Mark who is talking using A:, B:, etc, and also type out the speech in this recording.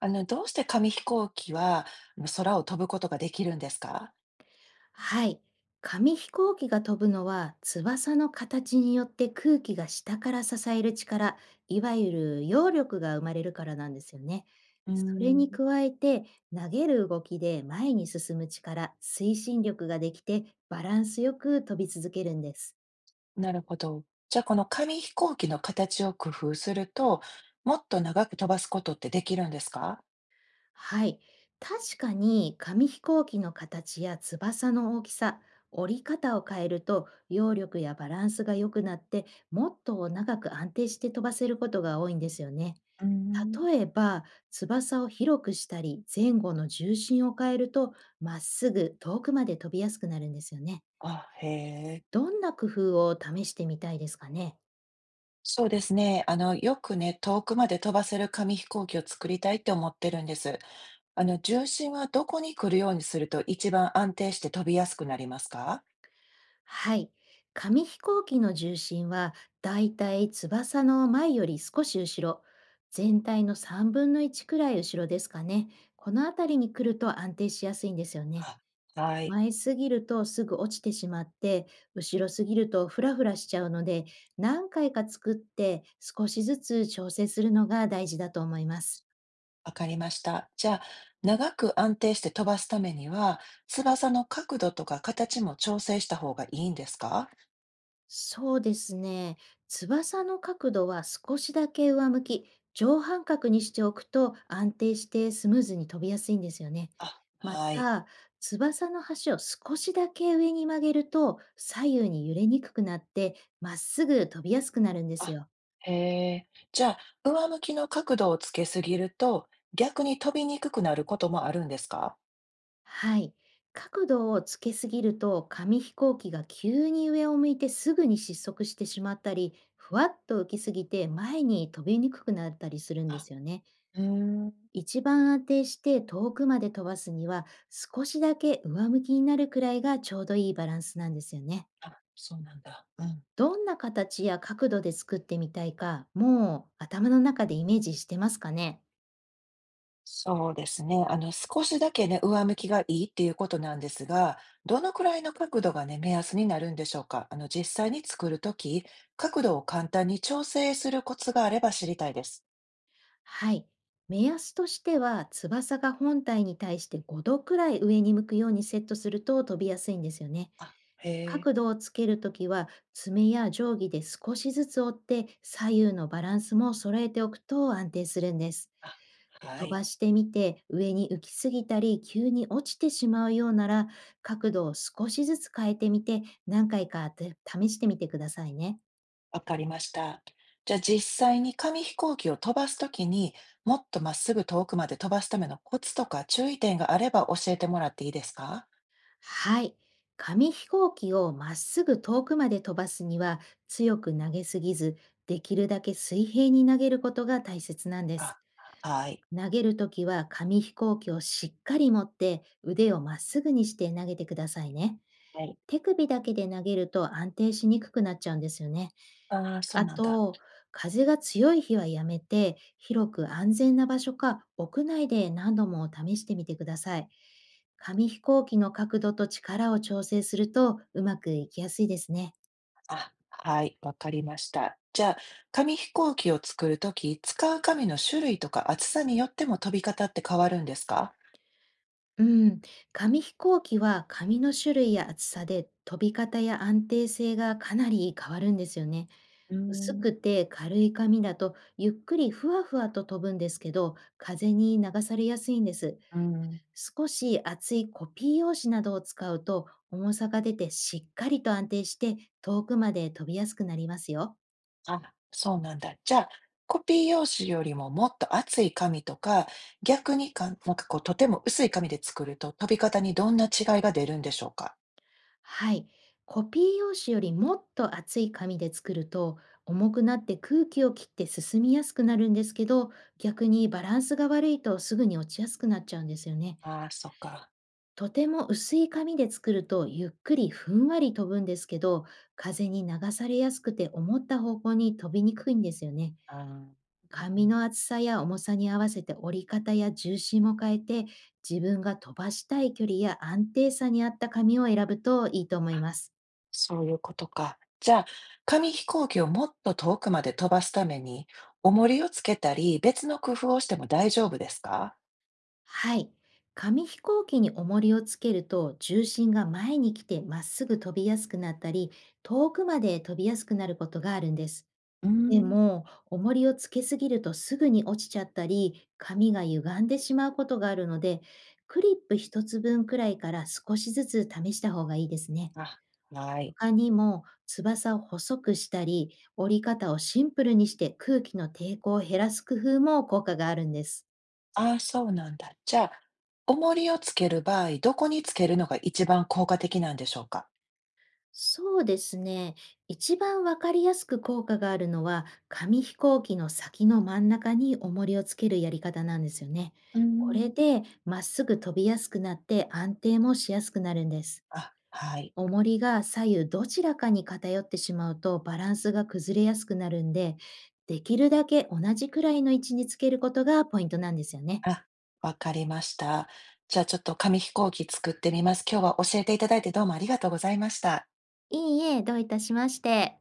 A: どうして紙飛行機は、空を飛ぶことができるんですか？
B: はい。紙飛行機が飛ぶのは、翼の形によって空気が下から支える力、いわゆる揚力が生まれるからなんですよね。
A: うー
B: それに
A: ん。
B: 加えて、投げる動きで前に進む力、推進力ができてバランスよく飛び続けるんです。
A: なるほど。じゃあ、この紙飛行機の形を工夫すると、もっと長く飛ばすことってできるんですか？
B: はい。確かに紙飛行機の形や翼の大きさ、折り方を変えると揚力やバランスが良くなって、もっと長く安定して飛ばせることが多いんですよね。
A: うーん。
B: 例えば翼を広くしたり前後の重心を変えると、まっすぐ遠くまで飛びやすくなるんですよね。
A: あ、へえ。
B: どんな工夫を試してみたいですかね？
A: そうですね。よくね、遠くまで飛ばせる紙飛行機を作りたいって思ってるんです。重心はどこに来るようにすると、一番安定して飛びやすくなりますか？
B: はい。紙飛行機の重心は、だいたい翼の前より少し後ろ、全体の3分の1くらい後ろですかね。この辺りに来ると安定しやすいんですよね。
A: あ、はい。
B: 前すぎるとすぐ落ちてしまって、後ろすぎるとフラフラしちゃうので、何回か作って少しずつ調整するのが大事だと思います。
A: わかりました。じゃあ、長く安定して飛ばすためには、翼の角度とか形も調整した方がいいんですか？
B: そうですね。翼の角度は少しだけ上向き、上半角にしておくと安定してスムーズに飛びやすいんですよね。
A: あ、
B: ま
A: はい。
B: た、翼の端を少しだけ上に曲げると左右に揺れにくくなって、まっすぐ飛びやすくなるんです
A: あ、
B: よ。
A: へえ。じゃあ、上向きの角度をつけすぎると、逆に飛びにくくなることもあるんですか？
B: はい。角度をつけすぎると、紙飛行機が急に上を向いてすぐに失速してしまったり、ふわっと浮きすぎて前に飛びにくくなったりするんで
A: あ、
B: すよね。
A: うーん。
B: 一番安定して遠くまで飛ばすには、少しだけ上向きになるくらいがちょうどいいバランスなんですよね。
A: あ、そうなんだ。うん。
B: どんな形や角度で作ってみたいか、もう頭の中でイメージしてますかね？
A: そうですね。少しだけね、上向きがいいっていうことなんですが、どのくらいの角度がね、目安になるんでしょうか。実際に作るとき、角度を簡単に調整するコツがあれば知りたいです。
B: はい。目安としては、翼が本体に対して5度くらい上に向くようにセットすると飛びやすいんですよね。
A: あ、へえ。
B: 角度をつけるときは、爪や定規で少しずつ折って左右のバランスも揃えておくと安定するんです。
A: あ、は
B: 飛
A: い。
B: ばしてみて、上に浮きすぎたり、急に落ちてしまうようなら、角度を少しずつ変えてみて、何回かて試してみてくださいね。
A: わかりました。じゃあ実際に紙飛行機を飛ばすときに、もっとまっすぐ遠くまで飛ばすためのコツとか注意点があれば教えてもらっていいですか？
B: はい。紙飛行機をまっすぐ遠くまで飛ばすには、強く投げすぎず、できるだけ水平に投げることが大切なんです。
A: あ、はい。
B: 投げるときは、紙飛行機をしっかり持って腕をまっすぐにして投げてくださいね。
A: はい。
B: 手首だけで投げると安定しにくくなっちゃうんですよね。
A: ああ、そう
B: あ
A: なんだ。
B: と、風が強い日はやめて、広く安全な場所か屋内で何度も試してみてください。紙飛行機の角度と力を調整するとうまくいきやすいですね。
A: あ、はい、わかりました。じゃあ、紙飛行機を作るとき、使う紙の種類とか厚さによっても飛び方って変わるんですか？
B: うん、紙飛行機は紙の種類や厚さで飛び方や安定性がかなり変わるんですよね。
A: うー
B: 薄
A: ん、
B: くて軽い紙だとゆっくりふわふわと飛ぶんですけど、風に流されやすいんです。
A: うん。
B: 少し厚いコピー用紙などを使うと、重さが出てしっかりと安定して遠くまで飛びやすくなりますよ。
A: あ、そうなんだ。じゃあ、コピー用紙よりももっと厚い紙とか、逆にか、なんかこう、とても薄い紙で作ると飛び方にどんな違いが出るんでしょうか？
B: はい。コピー用紙よりもっと厚い紙で作ると、重くなって空気を切って進みやすくなるんですけど、逆にバランスが悪いとすぐに落ちやすくなっちゃうんですよね。
A: ああー、そっか。
B: とても薄い紙で作るとゆっくりふんわり飛ぶんですけど、風に流されやすくて思った方向に飛びにくいんですよね。
A: あー、う
B: 紙
A: ん。
B: の厚さや重さに合わせて折り方や重心も変えて、自分が飛ばしたい距離や安定さに合った紙を選ぶといいと思います。
A: そういうことか。じゃあ、紙飛行機をもっと遠くまで飛ばすために、重りをつけたり、別の工夫をしても大丈夫ですか？
B: はい。紙飛行機に重りをつけると、重心が前に来てまっすぐ飛びやすくなったり、遠くまで飛びやすくなることがあるんです。
A: うー
B: で
A: ん。
B: も、重りをつけすぎるとすぐに落ちちゃったり、紙が歪んでしまうことがあるので、クリップ一つ分くらいから少しずつ試した方がいいですね。
A: あ、はい。
B: 他にも翼を細くしたり、折り方をシンプルにして空気の抵抗を減らす工夫も効果があるんです。
A: ああ、そうなんだ。じゃあ、重りをつける場合、どこにつけるのが一番効果的なんでしょうか？
B: そうですね。一番わかりやすく効果があるのは、紙飛行機の先の真ん中に重りをつけるやり方なんですよね。
A: うー
B: こ
A: ん、
B: れでまっすぐ飛びやすくなって安定もしやすくなるんです。
A: あ、はい。
B: 重りが左右どちらかに偏ってしまうとバランスが崩れやすくなるんで、できるだけ同じくらいの位置につけることがポイントなんですよね。
A: あ、わかりました。じゃあ、ちょっと紙飛行機作ってみます。今日は教えていただいてどうもありがとうございました。
B: いいえ、どういたしまして。